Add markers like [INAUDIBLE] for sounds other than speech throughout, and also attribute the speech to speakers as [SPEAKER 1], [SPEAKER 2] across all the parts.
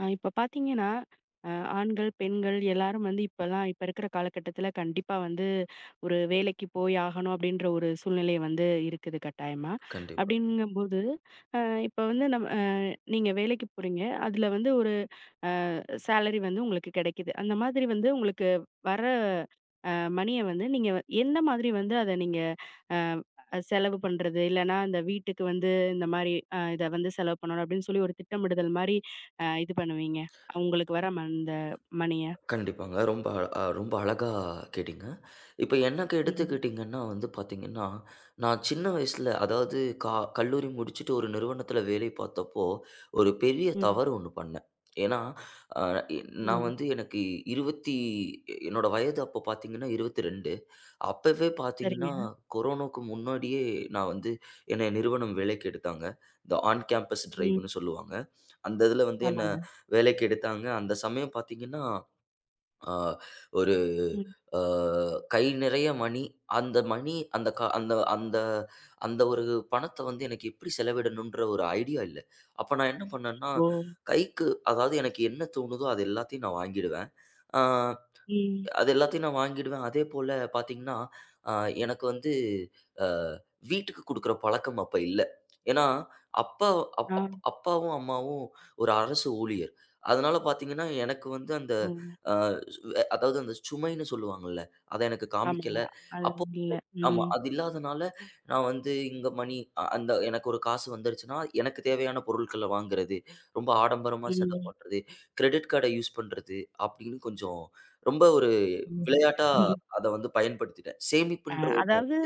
[SPEAKER 1] இப்ப பார்த்தீங்கன்னா, அ ஆண்கள், பெண்கள் எல்லாரும் வந்து இப்பலாம் இப்ப இருக்கிற காலகட்டத்தில கண்டிப்பா வந்து ஒரு வேலைக்கு போய் ஆகணும் அப்படின்ற ஒரு சூழ்நிலை வந்து இருக்குது கட்டாயமா.
[SPEAKER 2] கண்டிப்பா.
[SPEAKER 1] அப்படிங்கும்போது, அ இப்ப வந்து நம்ம நீங்க வேலைக்கு போறீங்க. அதுல வந்து ஒரு அ சேலரி வந்து உங்களுக்கு கிடைக்குது. அந்த மாதிரி வந்து உங்களுக்கு வர அ மணிய வந்து நீங்க எந்த மாதிரி வந்து அத நீங்க அ செலவு பண்றது? இல்லன்னா அந்த வீட்டுக்கு வந்து இந்த மாரி இத வந்து செலவு பண்ணணும் அப்படின்னு சொல்லி ஒரு திட்டமிடுதல் மாரி இது பண்ணுவீங்க? உங்களுக்கு வர அந்த மணிய?
[SPEAKER 2] கண்டிப்பாங்க. ரொம்ப அழ- அ ரொம்ப அழகா கேட்டீங்க. இப்ப எனக்கு
[SPEAKER 1] ம்.
[SPEAKER 2] எடுத்துக்கிட்டீங்கன்னா வந்து பார்த்தீங்கன்னா, நான் சின்ன வயசுல அதாவது கல்லூரி முடிச்சுட்டு ஒரு நிறுவனத்தில வேலை பார்த்தப்போ, ஒரு பெரிய
[SPEAKER 1] ம்.
[SPEAKER 2] தவறு ஒண்ணு பண்ணேன். ஏன்னா, அ எ
[SPEAKER 1] ஓ!
[SPEAKER 2] நான் வந்து எனக்கு 20, என்னோட வயது அப்போ பார்த்தீங்கன்னா 22. அப்பவே
[SPEAKER 1] சரிங்க.
[SPEAKER 2] பார்த்தீங்கன்னா, கொரோனாவுக்கு முன்னாடியே நான் வந்து என்னைய நிறுவனம் வேலைக்கு எடுத்தாங்க. இந்த ஆன் கேம்பஸ்
[SPEAKER 1] ம்.
[SPEAKER 2] டிரைவ்ன்னு சொல்லுவாங்க. அந்த இதில வந்து என்ன
[SPEAKER 1] ஆமாங்க.
[SPEAKER 2] வேலைக்கு எடுத்தாங்க. அந்த சமயம் பார்த்தீங்கன்னா ஆ ஒரு
[SPEAKER 1] ம்.
[SPEAKER 2] அ கை நிறைய மணி. அந்த மணி, அந்த க அந்த அந்த அந்த ஒரு பணத்த வந்து எனக்கு எப்படி செலவிடணுன்ற ஒரு ஐடியா இல்ல. அப்ப நான் என்ன பண்ணேன்னா,
[SPEAKER 1] ஓ!
[SPEAKER 2] கைக்கு அதாவது எனக்கு என்ன தோணுதோ அது எல்லாத்தையும் நான் வாங்கிடுவேன். ஆ.
[SPEAKER 1] ம்.
[SPEAKER 2] அது எல்லாத்தையும் நான் வாங்கிடுவேன். அதே போல பார்த்தீங்கன்னா, அ எனக்கு வந்து அ வீட்டுக்கு குடுக்குற பழக்கம் அப்ப இல்ல. ஏன்னா, அப்பா அப் அப்
[SPEAKER 1] ஆ.
[SPEAKER 2] அப்பாவும், அம்மாவும் ஒரு அரசு ஊழியர். அதனால பார்த்தீங்கன்னா, எனக்கு வந்து அந்த,
[SPEAKER 1] ஓ!
[SPEAKER 2] அ அதாவது அந்த சுமைன்னு சொல்லுவாங்கல்ல, அத எனக்கு காமிக்கல.
[SPEAKER 1] ஆமாங்க. அது
[SPEAKER 2] அப்போ
[SPEAKER 1] இல்ல.
[SPEAKER 2] ஆமா.
[SPEAKER 1] ம்.
[SPEAKER 2] அது இல்லாதனால, நான் வந்து இங்க மணி, அந்த எனக்கு ஒரு காசு வந்துருச்சுன்னா, எனக்கு தேவையான பொருட்கள வாங்குறது, ரொம்ப ஆடம்பரமா செலவு
[SPEAKER 1] ம்.
[SPEAKER 2] பண்றது, கிரெடிட் கார்ட யூஸ் பண்றது அப்படின்னு கொஞ்சம் ரொம்ப ஒரு
[SPEAKER 1] ம்.
[SPEAKER 2] விளையாட்டா அத வந்து பயன்படுத்திட்டேன்.
[SPEAKER 1] அ
[SPEAKER 2] சேமிப்புன்ற ஒரு,
[SPEAKER 1] அதாவது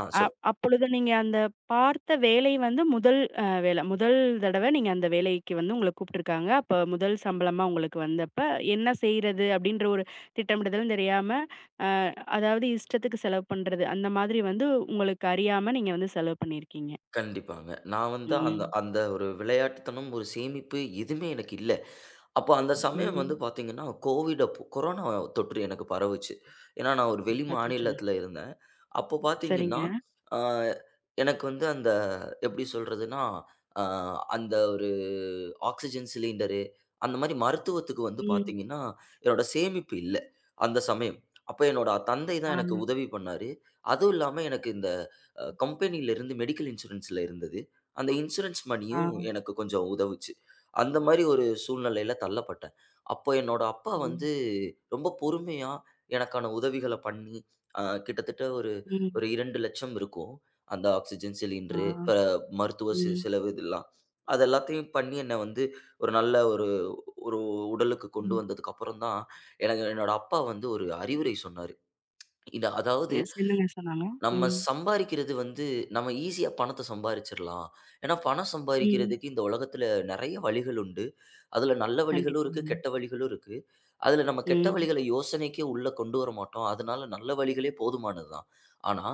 [SPEAKER 2] ஆ
[SPEAKER 1] அ
[SPEAKER 2] சொல்.
[SPEAKER 1] அப்பொழுது நீங்க அந்த பார்த்த வேலை வந்து முதல் வேலை. முதல் தடவ நீங்க அந்த வேலைக்கு வந்து உங்கள கூப்ட்டுருக்காங்க. அப்ப முதல் சம்பளமா உங்களுக்கு வந்தப்ப, என்ன செய்றது அப்டின்ற ஒரு திட்டமிடுதலும் தெரியாம, அ அதாவது இஷ்டத்துக்கு செலவு பண்றது. அந்த மாதிரி வந்து உங்களுக்கு அறியாம நீங்க வந்து செலவு பண்ணியிருக்கீங்க.
[SPEAKER 2] கண்டிப்பாங்க. நான் வந்து அந்த
[SPEAKER 1] ம்.
[SPEAKER 2] அந்த ஒரு விளையாட்டுத்தனம், ஒரு சேமிப்பு எதுவுமே எனக்கு இல்ல. அப்போ அந்த சமயம் வந்து
[SPEAKER 1] ம்.
[SPEAKER 2] பார்த்தீங்கன்னா, கோவிட் அப்போ கொரோனா தொற்று எனக்கு பரவுச்சு. ஏன்னா, நான் ஒரு வெளி
[SPEAKER 1] அச்சச்சோ!
[SPEAKER 2] மாநிலத்தில இருந்தேன். அப்போ பார்த்தீங்கன்னா,
[SPEAKER 1] சரிங்க.
[SPEAKER 2] அ எனக்கு வந்து அந்த, எப்படி சொல்றதுன்னா, அ அந்த ஒரு ஆக்ஸிஜன் சிலிண்டரு, அந்த மாரி மருத்துவத்துக்கு வந்து
[SPEAKER 1] ம்.
[SPEAKER 2] பார்த்தீங்கன்னா, என்னோட சேமிப்பு இல்ல, அந்த சமயம். அப்போ என்னோட தந்தை
[SPEAKER 1] ஆ.
[SPEAKER 2] தான் எனக்கு உதவி பண்ணாரு. அதுவும் இல்லாம எனக்கு இந்த கம்பெனியில இருந்து மெடிக்கல் இன்சூரன்ஸ்ல இருந்தது. அந்த இன்சூரன்ஸ்
[SPEAKER 1] ஆ.
[SPEAKER 2] மணியும் எனக்கு கொஞ்சம் உதவுச்சு. அந்த மாரி ஒரு சூழ்நிலையில தள்ளப்பட்டேன். அப்போ என்னோட அப்பா
[SPEAKER 1] ஓ!
[SPEAKER 2] வந்து ரொம்ப பொறுமையா எனக்கான உதவிகள பண்ணி, அ கிட்டத்தட்ட ஒரு,
[SPEAKER 1] ம்.
[SPEAKER 2] 2,00,000 இருக்கும். அந்த ஆக்ஸிஜன்
[SPEAKER 1] ஆ.
[SPEAKER 2] சிலிண்டரு, இப்ப மருத்துவ
[SPEAKER 1] ம்.
[SPEAKER 2] செலவு இதெல்லாம். அது எல்லாத்தையும் பண்ணி என்ன வந்து ஒரு நல்ல ஒரு ஒரு உடலுக்கு கொண்டு
[SPEAKER 1] ம்.
[SPEAKER 2] வந்ததுக்கு அப்புறம் தான், எனக்கு என்னோட அப்பா வந்து ஒரு அறிவுரை சொன்னாரு. இத அதாவது,
[SPEAKER 1] எஸ் என்னங்க சொன்னாங்க?
[SPEAKER 2] நம்ம
[SPEAKER 1] ம்.
[SPEAKER 2] சம்பாரிக்கிறது வந்து, நம்ம ஈஸியா பணத்த சம்பாரிச்சிரலாம். ஏன்னா, பணம்
[SPEAKER 1] ம்.
[SPEAKER 2] சம்பாரிக்கிறதுக்கு இந்த உலகத்துல நெறைய வழிகள் உண்டு. அதுல நல்ல வழிகளும் இருக்கு,
[SPEAKER 1] கண்டிப்பாங்க.
[SPEAKER 2] கெட்ட வழிகளும் இருக்கு. அதுல நம்ம கெட்ட
[SPEAKER 1] ம்.
[SPEAKER 2] வழிகள யோசனைக்கே உள்ள கொண்டு வர மாட்டோம். அதனால நல்ல வழிகளே போதுமானது தான். ஆனா,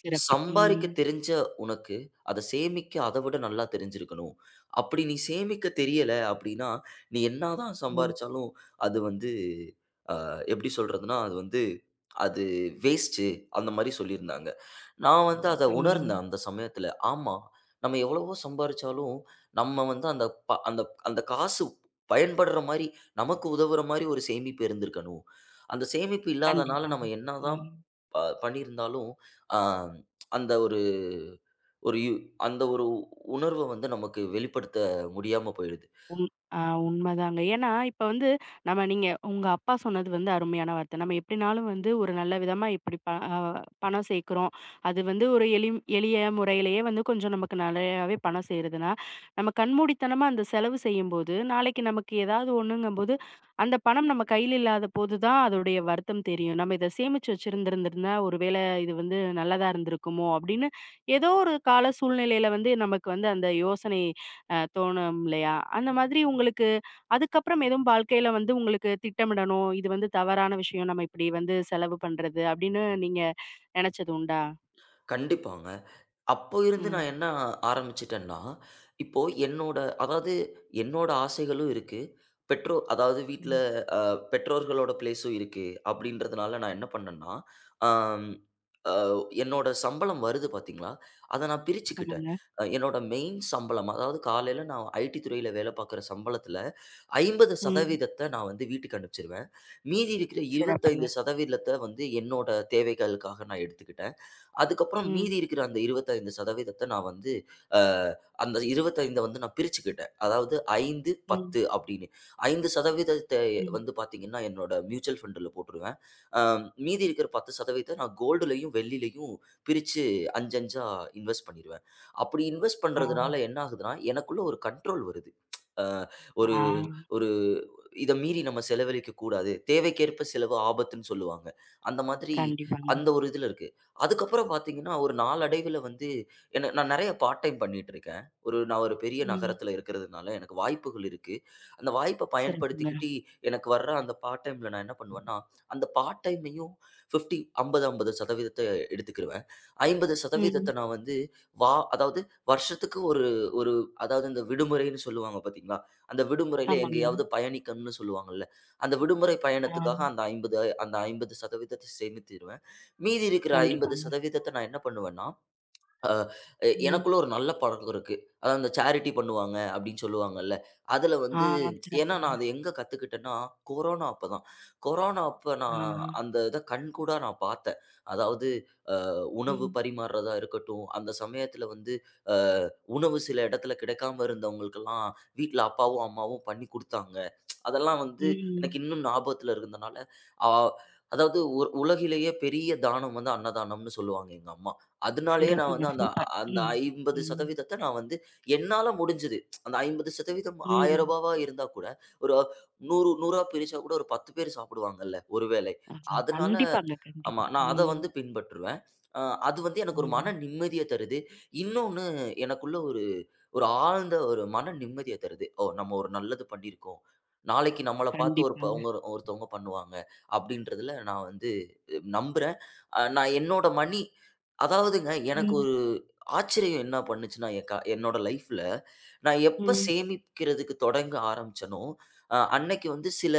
[SPEAKER 1] சிறப்பு.
[SPEAKER 2] சம்பாரிக்க
[SPEAKER 1] ம்.
[SPEAKER 2] தெரிஞ்ச உனக்கு, அத சேமிக்க அத விட நல்லா தெரிஞ்சிருக்கணும். அப்படி நீ சேமிக்க தெரியல அப்படின்னா, நீ என்னாதான்
[SPEAKER 1] ம்.
[SPEAKER 2] சம்பாரிச்சாலும் அது வந்து, அ எப்படி சொல்றதுன்னா, அது வந்து அது வேஸ்ட்டு, அந்த மாரி சொல்லியிருந்தாங்க. நான் வந்து அத
[SPEAKER 1] ம்.
[SPEAKER 2] உணர்ந்தேன் அந்த சமயத்துல. ஆமா, நம்ம எவ்வளவோ சம்பாரிச்சாலும், நம்ம வந்து அந்த ப அந்த அந்த காசு பயன்படுற மாரி, நமக்கு உதவுற மாரி ஒரு சேமிப்பு இருந்திருக்கணும். அந்த சேமிப்பு இல்லாதனால
[SPEAKER 1] கண்டிப்பாங்க.
[SPEAKER 2] நம்ம என்னதான்
[SPEAKER 1] ம்.
[SPEAKER 2] ப பண்ணியிருந்தாலும், அ அந்த ஒரு ஒரு யு அந்த ஒரு உணர்வ வந்து நமக்கு வெளிப்படுத்த முடியாம போயிடுது.
[SPEAKER 1] உண் ஆ உண்மதாங்க. ஏன்னா, இப்ப வந்து நம்ம நீங்க உங்க அப்பா சொன்னது வந்து அருமையான வார்த்தை. நம்ம எப்படினாலும் வந்து ஒரு நல்ல விதமா இப்படி ப அ பணம் சேர்க்கிறோம். அது வந்து ஒரு எளிய முறையிலேயே வந்து கொஞ்சம் நமக்கு நெறையாவே பணம் சேருதுன்னா, நம்ம கண்மூடித்தனமா அந்த செலவு செய்யும்போது, நாளைக்கு நமக்கு ஏதாவது ஒண்ணுங்கும்போது, அந்த பணம் நம்ம கையில இல்லாத போது தான் அதோடைய வருத்தம் தெரியும். நம்ம இத சேமிச்சு வச்சிருந்திருந்திருந்தா, ஒருவேளை இது வந்து நல்லதா இருந்திருக்குமோ அப்படின்னு, ஏதோ ஒரு கால சூழ்நிலையில வந்து நமக்கு வந்து அந்த யோசனை தோணும் இல்லையா? அந்த மாதிரி உங்களுக்கு அதுக்கப்புறம் எதுவும் வாழ்க்கையில வந்து உங்களுக்கு திட்டமிடணும். இது வந்து தவறான விஷயம். நம்ம இப்படி வந்து செலவு பண்றது அப்படின்னு நீங்க நினைச்சது உண்டா?
[SPEAKER 2] கண்டிப்பாங்க. அப்போ இருந்து
[SPEAKER 1] ம்,
[SPEAKER 2] நான் என்ன ஆரம்பிச்சுட்டேன்னா, இப்போ என்னோட அதாவது என்னோட ஆசைகளும் இருக்கு. பெற்றோர் அதாவது வீட்ல
[SPEAKER 1] ம்.
[SPEAKER 2] அ பெற்றோர்களோட பிளேஸும் இருக்கு. அப்படின்றதுனால நான் என்ன பண்ணேன்னா, அம் அ என்னோட சம்பளம் வருது பார்த்தீங்களா, அத நான் பிரிச்சுக்கிட்டேன்.
[SPEAKER 1] ஆமாங்க.
[SPEAKER 2] என்னோட மெயின் சம்பளம் அதாவது காலையில நான் ஐடி துறையில வேலை பார்க்குற சம்பளத்தில
[SPEAKER 1] ம்.
[SPEAKER 2] 50% நான் வந்து வீட்டுக்கு அனுப்பிச்சுருவேன். மீதி இருக்கிற
[SPEAKER 1] சிறப்புங்க.
[SPEAKER 2] 25% வந்து என்னோட தேவைகளுக்காக நான் எடுத்துக்கிட்டேன். அதுக்கப்புறம் மீதி
[SPEAKER 1] ம்,
[SPEAKER 2] இருக்கிற அந்த 25% நான் வந்து, அ அந்த 25 வந்து நான் பிரிச்சுக்கிட்டேன். அதாவது 5,
[SPEAKER 1] ம்,
[SPEAKER 2] 10 அப்படின்னு. 5%
[SPEAKER 1] ம்.
[SPEAKER 2] வந்து பார்த்தீங்கன்னா, என்னோட மியூச்சுவல் ஃபண்டுல போட்டுருவேன். அ மீதி இருக்கிற 10% நான் கோல்டுலயும், வெள்ளிலயும் பிரிச்சு 5, 5 இன்வெஸ்ட் பண்ணிருவேன். அப்படி இன்வெஸ்ட்
[SPEAKER 1] ஆ,
[SPEAKER 2] பண்றதுனால என்ன ஆகுதுன்னா, எனக்குள்ள ஒரு கண்ட்ரோல் வருது. அ
[SPEAKER 1] ஆ.
[SPEAKER 2] ஒரு ஒரு இத மீறி நம்ம செலவழிக்கக் கூடாது. தேவைக்கேற்ப செலவு ஆபத்துன்னு சொல்லுவாங்க. அந்த மாதிரி
[SPEAKER 1] கண்டிப்பாங்க.
[SPEAKER 2] அந்த ஒரு இதுல இருக்கேன். அதுக்கப்புறம் பார்த்தீங்கன்னா, ஒரு நாளடைவில வந்து என்ன, நான் நெறைய பார்ட் டைம் பண்ணிட்டுருக்கேன். ஒரு நான் ஒரு பெரிய
[SPEAKER 1] ம்.
[SPEAKER 2] நகரத்தில இருக்கிறதுனால, எனக்கு வாய்ப்புகள் இருக்கு. அந்த வாய்ப்ப
[SPEAKER 1] சிறப்புங்க.
[SPEAKER 2] பயன்படுத்திக்கிட்டு, எனக்கு வர்ற அந்த பார்ட் டைம்ல நான் என்ன பண்ணுவேன்னா, அந்த பார்ட் டைமையும் 50 50, 50% எடுத்துக்கிருவேன்.
[SPEAKER 1] ம்.
[SPEAKER 2] 50% நான் வந்து, அதாவது வருஷத்துக்கு ஒரு ஒரு அதாவது இந்த விடுமுறைன்னு சொல்லுவாங்க பார்த்தீங்களா? அந்த விடுமுறையில
[SPEAKER 1] ஆமாங்க.
[SPEAKER 2] எங்கேயாவது பயணிக்கணும்னு சொல்லுவாங்கல்ல. அந்த விடுமுறை
[SPEAKER 1] ஆ.
[SPEAKER 2] பயணத்துக்காக அந்த 50 அந்த 50% சேமித்திருவேன். மீதி இருக்கிற
[SPEAKER 1] கண்டிப்பாங்க.
[SPEAKER 2] 50% நான் என்ன பண்ணுவேன்னா, அ
[SPEAKER 1] ம்.
[SPEAKER 2] எனக்குள்ள ஒரு நல்ல பழக்கம் இருக்கு. அதாவது அந்த சேரிட்டி பண்ணுவாங்க அப்படின்னு சொல்லுவாங்கல்ல. அதுல
[SPEAKER 1] ஆ.
[SPEAKER 2] வந்து, ஏன்னா
[SPEAKER 1] சிறப்புங்க.
[SPEAKER 2] நான் அது எங்க கத்துக்கிட்டேன்னா, கொரோனா அப்பதான். கொரோனா அப்ப நான்
[SPEAKER 1] ஆ, ஆ.
[SPEAKER 2] இத கண்கூடா நான் பார்த்தேன். அதாவது உணவு
[SPEAKER 1] ம்,
[SPEAKER 2] பரிமாறுறதா இருக்கட்டும், அந்த சமயத்தில வந்து அ உணவு சில இடத்துல கிடைக்காம இருந்தவங்களுக்கெல்லாம் வீட்ல அப்பாவும், அம்மாவும் பண்ணி குடுத்தாங்க. அதெல்லாம் வந்து
[SPEAKER 1] ம்.
[SPEAKER 2] எனக்கு இன்னும் ஞாபகத்தில இருந்தனால, அ அதாவது உலகிலேயே பெரிய தானம் வந்து அன்னதானம்னு சொல்லுவாங்க எங்க அம்மா. அதனாலேயே நான்
[SPEAKER 1] சிறப்புங்க.
[SPEAKER 2] வந்து அந்த
[SPEAKER 1] சூப்பர்.
[SPEAKER 2] அந்த
[SPEAKER 1] ம், ம்,
[SPEAKER 2] 50% நான் வந்து என்னால முடிஞ்சது. அந்த 50% ரூ.
[SPEAKER 1] ம்.
[SPEAKER 2] 1000வா இருந்தா கூட, ஒரு நூறு நூறா பிரிச்சா கூட ஒரு 10 பேர் சாப்பிடுவாங்கல்ல ஒரு வேளை.
[SPEAKER 1] அதான்.
[SPEAKER 2] அதனால
[SPEAKER 1] கண்டிப்பாங்க,
[SPEAKER 2] ஆமா,
[SPEAKER 1] கண்டிப்பா.
[SPEAKER 2] நான் அத
[SPEAKER 1] ம்,
[SPEAKER 2] வந்து பின்பற்றுவேன். அ அது வந்து எனக்கு ஒரு
[SPEAKER 1] ம்.
[SPEAKER 2] மன நிம்மதிய தருது. இன்னொன்னு, எனக்குள்ள ஒரு ஒரு ஆழ்ந்த ஒரு மன நிம்மதிய தருது. ஓ! நம்ம ஒரு நல்லது பண்ணியிருக்கோம். நாளைக்கு நம்மள பார்த்து ஒரு
[SPEAKER 1] கண்டிப்பாங்க.
[SPEAKER 2] பவங்க, ஒருத்தவங்க பண்ணுவாங்க. அப்படின்றதுல நான் வந்து, நம்புறேன். நான் என்னோட மணி, அதாவதுங்க எனக்கு
[SPEAKER 1] ம்,
[SPEAKER 2] ஒரு ஆச்சரியம் என்ன பண்ணுச்சுன்னா, என்னோட லைஃப்ல நான் எப்ப
[SPEAKER 1] ம்.
[SPEAKER 2] சேமிக்கிறதுக்கு தொடங்க ஆரம்பிச்சேனோ, அன்னைக்கு வந்து சில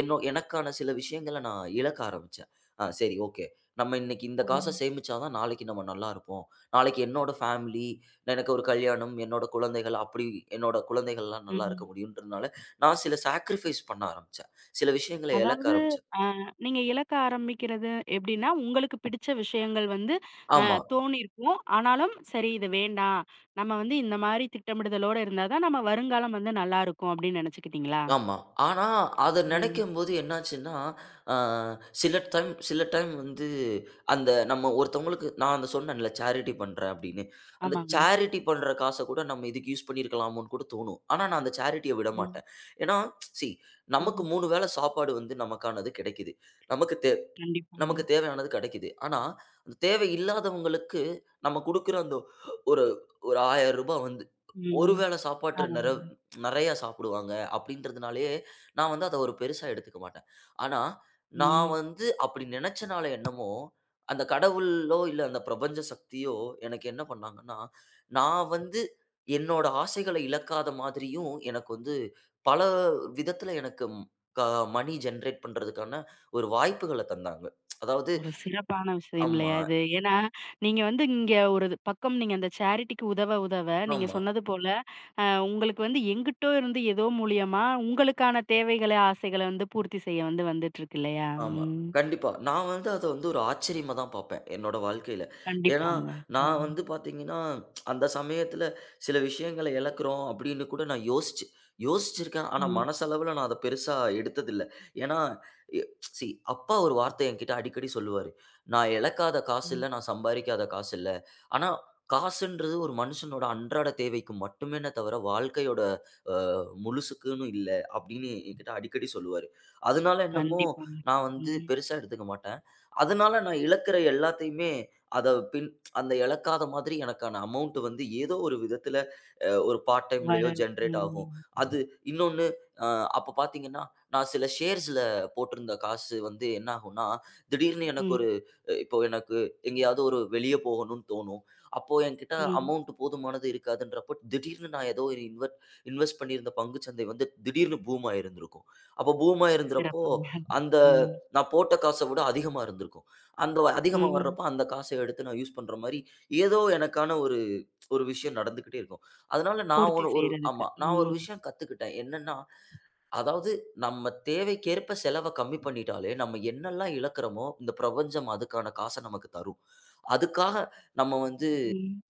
[SPEAKER 2] எனக்கான சில விஷயங்கள நான் இழக்க ஆரம்பிச்சேன். அ சரி ஓகே. நம்ம இன்னைக்கு இந்த
[SPEAKER 1] ஓ!
[SPEAKER 2] காச சேமிச்சா தான் நாளைக்கு நம்ம நல்லா இருப்போம். நாளைக்கு என்னோட ஃபேமிலி, எனக்கு ஒரு கல்யாணம், என்னோட குழந்தைகள் அப்படி என்னோட குழந்தைகள்லாம் நல்லா இருக்க
[SPEAKER 1] ம்.
[SPEAKER 2] முடியுன்றதுனால, நான் சில சாக்ரிஃபைஸ் பண்ண ஆரம்பிச்சேன். சில விஷயங்கள இழக்க
[SPEAKER 1] அதாவது
[SPEAKER 2] ஆரம்பிச்சேன்.
[SPEAKER 1] அ நீங்க இலக்க ஆரம்பிக்கிறது எப்படின்னா, உங்களுக்கு பிடிச்ச விஷயங்கள் வந்து அ
[SPEAKER 2] ஆமா.
[SPEAKER 1] தோணியிருக்கும். ஆனாலும் சரி இது வேண்டாம். நம்ம வந்து இந்த மாரி திட்டமிடுதலோட இருந்தா தான் நம்ம வருங்காலம் வந்து நல்லாருக்கும் அப்படின்னு நெனச்சுக்கிட்டீங்களா?
[SPEAKER 2] ஆமா. ஆனா, அத
[SPEAKER 1] ம்.
[SPEAKER 2] நெனைக்கும்போது என்னாச்சுன்னா, அ சில டைம் சில டைம் வந்து அந்த, நம்ம ஒருத்தவங்களுக்கு நான் அந்த சொன்னேன்ல சேரிட்டி பண்றேன் அப்படின்னு. அந்த
[SPEAKER 1] ஆமாங்க.
[SPEAKER 2] சேரிட்டி பண்ற காச கூட நம்ம இதுக்கு யூஸ் பண்ணியிருக்கலாமோன்னு கூட தோணும். ஆனா, நான் அந்த சேரிட்டிய
[SPEAKER 1] ம்,
[SPEAKER 2] விடமாட்டேன். ஏன்னா, சி நமக்கு
[SPEAKER 1] ம்.
[SPEAKER 2] 3 வேள சாப்பாடு வந்து நமக்கானது கிடைக்குது. நமக்கு தே
[SPEAKER 1] கண்டிப்பாங்க.
[SPEAKER 2] நமக்கு தேவையானது கிடைக்குது. ஆனா, அந்த தேவை இல்லாதவங்களுக்கு நம்ம குடுக்குற அந்த ஒரு ஒரு ரூ. 1000 வந்து ஒரு
[SPEAKER 1] ம்.
[SPEAKER 2] வேளை சாப்பாட்டு
[SPEAKER 1] ஆமாங்க.
[SPEAKER 2] நிறையா சாப்பிடுவாங்க அப்படின்றதுனாலயே, நான் வந்து அத ஒரு பெருசா எடுத்துக்க மாட்டேன். ஆனா, நான்
[SPEAKER 1] ம்.
[SPEAKER 2] வந்து அப்படி நினைச்சனால என்னமோ, அந்த கடவுளோ, இல்ல அந்த பிரபஞ்ச சக்தியோ எனக்கு என்ன பண்ணாங்கன்னா, நான் வந்து என்னோட ஆசைகள இழக்காத மாதிரியும், எனக்கு வந்து பல விதத்துல எனக்கு க மணி ஜெனரேட் பண்றதுக்கான ஒரு வாய்ப்புகள தந்தாங்க. அதாவது
[SPEAKER 1] ஒரு சிறப்பான விஷயம்
[SPEAKER 2] ஆமா,
[SPEAKER 1] இல்லையா இது? ஏன்னா, நீங்க வந்து இங்க ஒரு இது- பக்கம் நீங்க அந்த சேரிட்டிக்கு உதவ உதவ, நீங்க
[SPEAKER 2] ஆமா.
[SPEAKER 1] சொன்னது போல, உங்களுக்கு வந்து எங்கிட்டோ இருந்து ஏதோ மூலியமா உங்களுக்கான தேவைகள, ஆசைகள வந்து பூர்த்தி செய்ய வந்து வந்துட்டுருக்கு இல்லையா?
[SPEAKER 2] ஆமா.
[SPEAKER 1] ம்.
[SPEAKER 2] கண்டிப்பா. நான் வந்து அத வந்து ஒரு ஆச்சரியமா தான் பார்ப்பேன், என்னோட வாழ்க்கையில. ஏன்னா,
[SPEAKER 1] கண்டிப்பாங்க.
[SPEAKER 2] நான்
[SPEAKER 1] ம்.
[SPEAKER 2] வந்து பார்த்தீங்கன்னா, அந்த சமயத்தில சில விஷயங்கள இழக்கிறோம் அப்படின்னு கூட நான் யோசிச்சிருக்கேன். ஆனா,
[SPEAKER 1] ம்.
[SPEAKER 2] மனசளவுல நான் அத பெருசா எடுத்ததில்ல. ஏன்னா, எ சி அப்பா ஒரு வார்த்தை என்கிட்ட அடிக்கடி சொல்லுவாரு. "நான் இழக்காத காசு
[SPEAKER 1] ம்.
[SPEAKER 2] இல்ல, நான் சம்பாரிக்காத காசு இல்ல." ஆனா, காசுன்றது ஒரு மனுஷனோட அன்றாட தேவைக்கு மட்டுமேன்ன தவிர, வாழ்க்கையோட முழுசுக்குன்னு இல்ல" அப்படின்னு என்கிட்ட அடிக்கடி சொல்லுவாரு. அதனால என்னமோ,
[SPEAKER 1] கண்டிப்பாங்க.
[SPEAKER 2] நான் வந்து
[SPEAKER 1] ம்.
[SPEAKER 2] பெருசா எடுத்துக்க மாட்டேன். அதனால நான் இழக்கிற எல்லாத்தையுமே அத பின் அந்த இழக்காத மாதிரி எனக்கான அமௌண்ட் வந்து ஏதோ ஒரு விதத்துல ஒரு பார்ட் டைம்லயோ
[SPEAKER 1] வரு
[SPEAKER 2] ஜெனரேட்
[SPEAKER 1] ம்.
[SPEAKER 2] ஆகும். அது இன்னொன்னு, அ அப்ப பார்த்தீங்கன்னா, நான் சில ஷேர்ஸ்ல போட்டிருந்த காசு வந்து என்ன ஆகும்னா, திடீர்னு எனக்கு
[SPEAKER 1] ம்.
[SPEAKER 2] ஒரு, இப்போ எனக்கு எங்கேயாவது ஒரு வெளிய போகணும்னு தோணும். அப்போ என்கிட்ட
[SPEAKER 1] ம்.
[SPEAKER 2] அமௌண்ட் போதுமானது இருக்காதுன்றப்போ, திடீர்னு நான் ஏதோ ஒரு இன்வெஸ்ட் பண்ணியிருந்த பங்கு சந்தை வந்து திடீர்னு பூம் ஆயிருந்திருக்கும். அப்போ பூம் ஆயிருந்தறப்போ,
[SPEAKER 1] சிறப்புங்க.
[SPEAKER 2] அந்த,
[SPEAKER 1] ம்.
[SPEAKER 2] நான் போட்ட காச விட அதிகமா இருந்திருக்கும். அந்த அதிகமா
[SPEAKER 1] ம்.
[SPEAKER 2] வர்றப்ப அந்த காச எடுத்து நான் யூஸ் பண்ற மாரி, ஏதோ எனக்கான ஒரு ஒரு விஷயம் நடந்துகிட்டே இருக்கும். அதனால நான்
[SPEAKER 1] பூர்த்தி
[SPEAKER 2] ஒரு ஒரு
[SPEAKER 1] செய்றதுக்கு.
[SPEAKER 2] ஆமா. நான் ஒரு
[SPEAKER 1] ம்.
[SPEAKER 2] விஷயம் கத்துக்கிட்டேன். என்னன்னா, அதாவது நம்ம தேவைக்கேற்ப செலவ கம்மி பண்ணிட்டாலே, நம்ம என்னெல்லாம் இழக்கிறோமோ, இந்த பிரபஞ்சம் அதுக்கான காச நமக்கு தரும். அதுக்காக நம்ம வந்து
[SPEAKER 1] ம்.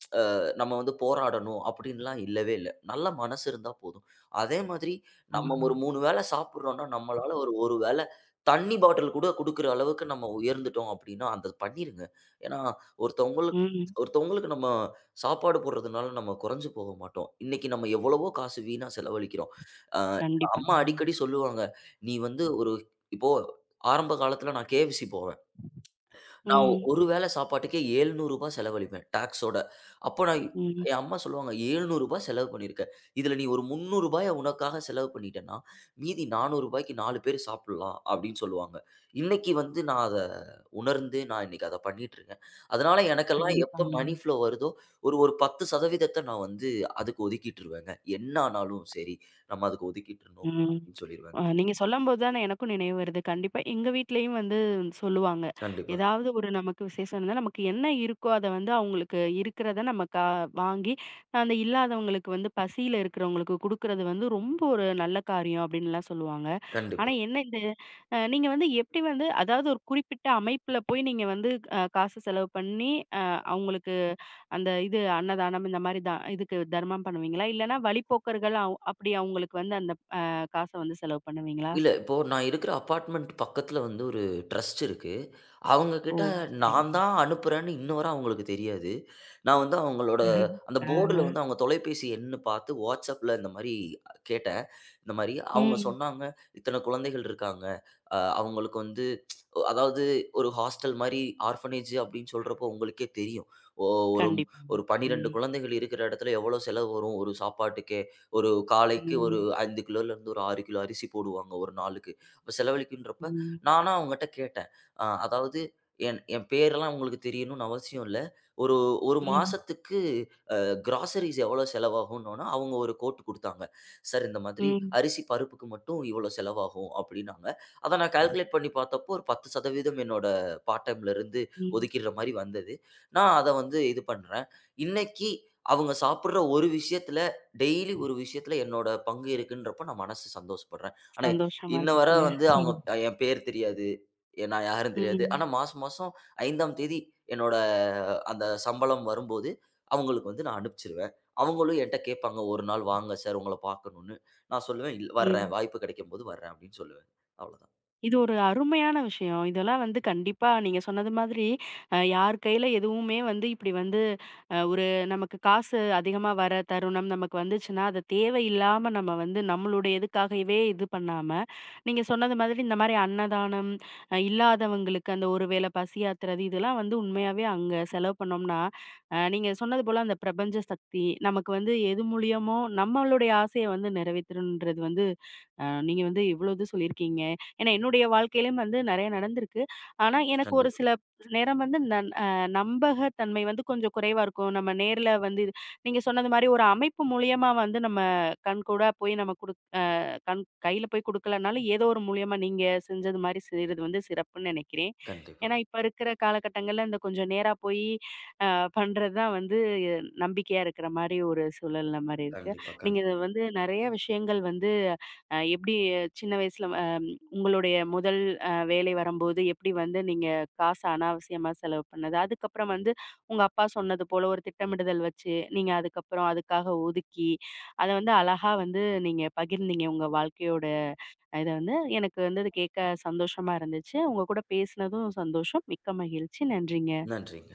[SPEAKER 2] நம்ம போராடணும் அப்படின்லாம் இல்லவே இல்ல. நல்ல மனசு இருந்தா போதும். அதே மாதிரி
[SPEAKER 1] ஆ.
[SPEAKER 2] நம்ம ஒரு 3 வேளை சாப்பிடுறோம்னா, நம்மளால ஒரு ஒரு வேளை தண்ணி பாட்டில் கூட குடுக்குற அளவுக்கு நம்ம உயர்ந்துட்டோம் அப்படின்னா, அத பண்ணிருங்க. ஏன்னா ஒருத்தவங்களுக்கு,
[SPEAKER 1] ம்.
[SPEAKER 2] நம்ம சாப்பாடு போடுறதுனால நம்ம குறைஞ்சு போக மாட்டோம். இன்னைக்கு நம்ம எவ்வளவோ காசு வீணா செலவழிக்கிறோம். அ அம்மா
[SPEAKER 1] கண்டிப்பாங்க.
[SPEAKER 2] அடிக்கடி சொல்லுவாங்க, "நீ வந்து ஒரு" இப்போ ஆரம்ப காலத்துல நான் KFC போவேன். நான்
[SPEAKER 1] ம்.
[SPEAKER 2] ஒரு வேள சாப்பாட்டுக்கே ரூ. 700 செலவழிப்பேன் டாக்ஸோட. அப்ப நான்,
[SPEAKER 1] ம்.
[SPEAKER 2] என் அம்மா சொல்லுவாங்க, "ரூ. 700 செலவு பண்ணியிருக்க. இதுல நீ ஒரு ரூ. 300 உனக்காக செலவு பண்ணிட்டன்னா, மீதி ரூ. 400 4 பேர் சாப்பிடலாம்." அப்படின்னு சொல்லுவாங்க. இன்னைக்கு வந்து நான் அத உணர்ந்து, நான் இன்னைக்கு அத பண்ணிட்டு இருக்கேன். அதனால எனக்கெல்லாம் எப்ப
[SPEAKER 1] கண்டிப்பாங்க.
[SPEAKER 2] மனி ஃப்ளோ வருதோ, ஒரு ஒரு 10% நான் வந்து அதுக்கு ஒதுக்கிட்டுருவேங்க. என்ன ஆனாலும் சரி, நம்ம அதுக்கு ஒதுக்கிட்டுறணும்
[SPEAKER 1] ம்.
[SPEAKER 2] அப்படின்னு சொல்லிருவேங்க.
[SPEAKER 1] நீங்க சொல்லம்போது தானே எனக்கும் நினைவு வருது. கண்டிப்பா எங்க வீட்லயும் வந்து சொல்லுவாங்க.
[SPEAKER 2] கண்டிப்பா,
[SPEAKER 1] ஏதாவது ஒரு நமக்கு விசேஷம் இருந்தா, நமக்கு என்ன இருக்கோ அத வந்து அவங்களுக்கு இருக்கிறத நம்ம வாங்கி, அந்த இல்லாதவங்களுக்கு வந்து பசியில இருக்கிறவங்களுக்கு குடுக்குறது வந்து ரொம்ப ஒரு நல்ல காரியம் அப்டின்னுலாம் சொல்லுவாங்க. ஆனா
[SPEAKER 2] கண்டிப்பா.
[SPEAKER 1] என்ன இந்த நீங்க வந்து எப்படி வந்து அதாவது ஒரு குறிப்பிட்ட அமைப்புல போய் நீங்க வந்து காசு செலவு பண்ணி, அ அவங்களுக்கு அந்த இது அன்னதானம் இந்த மாரி தான் இதுக்கு தர்மம் பண்ணுவீங்களா? இல்லன்னா வழிப்போக்கர்கள் அப்படி அவங்களுக்கு வந்து அந்த அ காச வந்து செலவு பண்ணுவீங்களா?
[SPEAKER 2] இல்ல. இப்போ நான் இருக்கிற அபார்ட்மெண்ட் பக்கத்துல வந்து ஒரு ட்ரஸ்ட் இருக்கு. அவங்க
[SPEAKER 1] ஓ!
[SPEAKER 2] கிட்ட
[SPEAKER 1] சரிங்க.
[SPEAKER 2] நான் தான் அனுப்புறேன்னு இன்ன வர அவங்களுக்கு தெரியாது. நான் வந்து அவங்களோட
[SPEAKER 1] [LAUGHS]
[SPEAKER 2] அந்த
[SPEAKER 1] ஆ.
[SPEAKER 2] போர்டுல வந்து அவங்க தொலைபேசி எண்ணு பார்த்து WhatsAppல இந்த மாரி கேட்டேன். இந்த மாரி அவங்க
[SPEAKER 1] ம்.
[SPEAKER 2] சொன்னாங்க, "இத்தன குழந்தைகள் இருக்காங்க. அவங்களுக்கு வந்து அதாவது ஒரு ஹாஸ்டல் மாரி ஆர்ஃபனேஜ் அப்படின்னு சொல்றப்போ உங்களுக்கே தெரியும். ஒ ஒரு
[SPEAKER 1] கண்டிப்பாங்க.
[SPEAKER 2] ஒரு 12
[SPEAKER 1] ம்.
[SPEAKER 2] குழந்தைகள் இருக்கிற இடத்துல எவ்வளோ செலவு வரும்? ஒரு சாப்பாட்டுக்கே." ஒரு காலைக்கு ஒரு
[SPEAKER 1] ம்.
[SPEAKER 2] 5 கிலோலேருந்து ஒரு 6 கிலோ அரிசி போடுவாங்க ஒரு நாளுக்கு. அப்ப செலவழிக்குன்றப்ப
[SPEAKER 1] ம்.
[SPEAKER 2] நானா அவங்கட்ட கேட்டேன். அதாவது என் என் பேரெல்லாம் உங்களுக்கு தெரியணும்னு அவசியம் இல்ல. ஒரு 1
[SPEAKER 1] ம்.
[SPEAKER 2] மாசத்துக்கு கிராசரிஸ் எவ்வளோ செலவாகும்னோன்னா, அவங்க ஒரு கோட் குடுத்தாங்க. சார் இந்த மாதிரி
[SPEAKER 1] ம்.
[SPEAKER 2] அரிசி, பருப்புக்கு மட்டும் இவ்வளோ செலவாகும் அப்டின்னாங்க. அத நான் கால்குலேட் பண்ணி பார்த்தப்போ, ஒரு 10% என்னோட பார்ட் டைம்லருந்து
[SPEAKER 1] ம்.
[SPEAKER 2] ஒதுக்கிடுற மாரி வந்தது. நான் அத வந்து இது பண்றேன். இன்னைக்கு அவங்க சாப்பிடுற ஒரு விஷயத்துல, டெய்லி ஒரு விஷயத்துல என்னோட பங்கு இருக்குன்றப்போ நான் மனசு சந்தோஷப்படுறேன். ஆனா,
[SPEAKER 1] சந்தோஷமா
[SPEAKER 2] இன்ன வர
[SPEAKER 1] இருக்குங்க.
[SPEAKER 2] வந்து அவங்க,
[SPEAKER 1] ம்.
[SPEAKER 2] என் பேர் தெரியாது. நான் யாருன்னு தெரியாது.
[SPEAKER 1] ம்.
[SPEAKER 2] ஆனா மாசம் மாசம் 5ஆம் தேதி என்னோட அந்த சம்பளம் வரும்போது, அவங்களுக்கு வந்து நான் அனுப்பிச்சிருவேன். அவங்களும் என்ட்ட கேட்பாங்க, "ஒரு நாள் வாங்க சார் உங்கள பார்க்கணும்னு." நான் சொல்லுவேன், "இல் வர்றேன்.
[SPEAKER 1] ம்.
[SPEAKER 2] வாய்ப்பு கிடைக்கும்போது வர்றேன்." அப்படின்னு சொல்லுவேன். அவ்வளோதான்.
[SPEAKER 1] இது ஒரு அருமையான விஷயம். இதெல்லாம் வந்து கண்டிப்பா நீங்க சொன்னது மாதிரி, யார் கையில எதுவுமே வந்து இப்படி வந்து ஒரு நமக்கு காசு அதிகமா வர தருணம் நமக்கு வந்துச்சுன்னா, அது தேவையில்லாம நம்ம வந்து நம்மளுடைய இதுக்காகவே இது பண்ணாம, நீங்க சொன்னது மாதிரி இந்த மாரி அன்னதானம், இல்லாதவங்களுக்கு அந்த ஒரு வேளை பசியாத்துறது, இதெல்லாம் வந்து உண்மையாவே அங்க செலவு பண்ணோம்னா, நீங்க சொன்னது போல அந்த பிரபஞ்ச சக்தி நமக்கு வந்து எது மூலியமோ நம்மளுடைய ஆசைய வந்து நிறைவேத்தணுன்றது வந்து, நீங்க வந்து இவ்வளோ இது சொல்லியிருக்கீங்க. ஏன்னா, என்னுடைய வாழ்க்கையிலும் வந்து நெறைய நடந்திருக்கு. ஆனா, எனக்கு ஒரு
[SPEAKER 2] கண்டிப்பா,
[SPEAKER 1] சில நேரம் வந்து நன் அ நம்பகத்தன்மை வந்து கொஞ்சம் குறைவா இருக்கும். நம்ம நேர்ல வந்து இது நீங்க சொன்னது மாரி ஒரு அமைப்பு மூலியமா வந்து நம்ம கண்கூடா போய் நம்ம குடுக் அ கண் கையில போய் குடுக்கலனாலும், ஏதோ ஒரு மூலியமா நீங்க செஞ்சது மாரி செய்றது வந்து சிறப்புன்னு நெனைக்கிறேன்.
[SPEAKER 2] கண்டிப்பா,
[SPEAKER 1] ஏன்னா, இப்ப இருக்கிற காலகட்டங்கள்ல இந்த கொஞ்சம் நேரா போயி அ பண்றது தான் வந்து நம்பிக்கையா இருக்கிற மாரி ஒரு சூழல்ல மாரி இருக்கு.
[SPEAKER 2] கண்டிப்பா,
[SPEAKER 1] நீங்க இத வந்து நெறைய விஷயங்கள் வந்து அ எப்டி சின்ன வயசுல உங்களுடைய முதல் வேலை வரும்போது எப்படி வந்து நீங்க காச அனாவசியமா செலவு பண்ணது? அதுக்கப்புறம் வந்து உங்க அப்பா சொன்னது போல ஒரு திட்டமிடுதல் வச்சு, நீங்க அதுக்கப்புறம் அதுக்காக ஒதுக்கி, அத வந்து அழகா வந்து நீங்க பகிர்ந்தீங்க உங்க வாழ்க்கையோட இத வந்து. எனக்கு வந்து அது கேட்க சந்தோஷமா இருந்துச்சு. உங்க கூட பேசினதும் சந்தோஷம். மிக்க மகிழ்ச்சி. நன்றிங்க.
[SPEAKER 2] நன்றிங்க.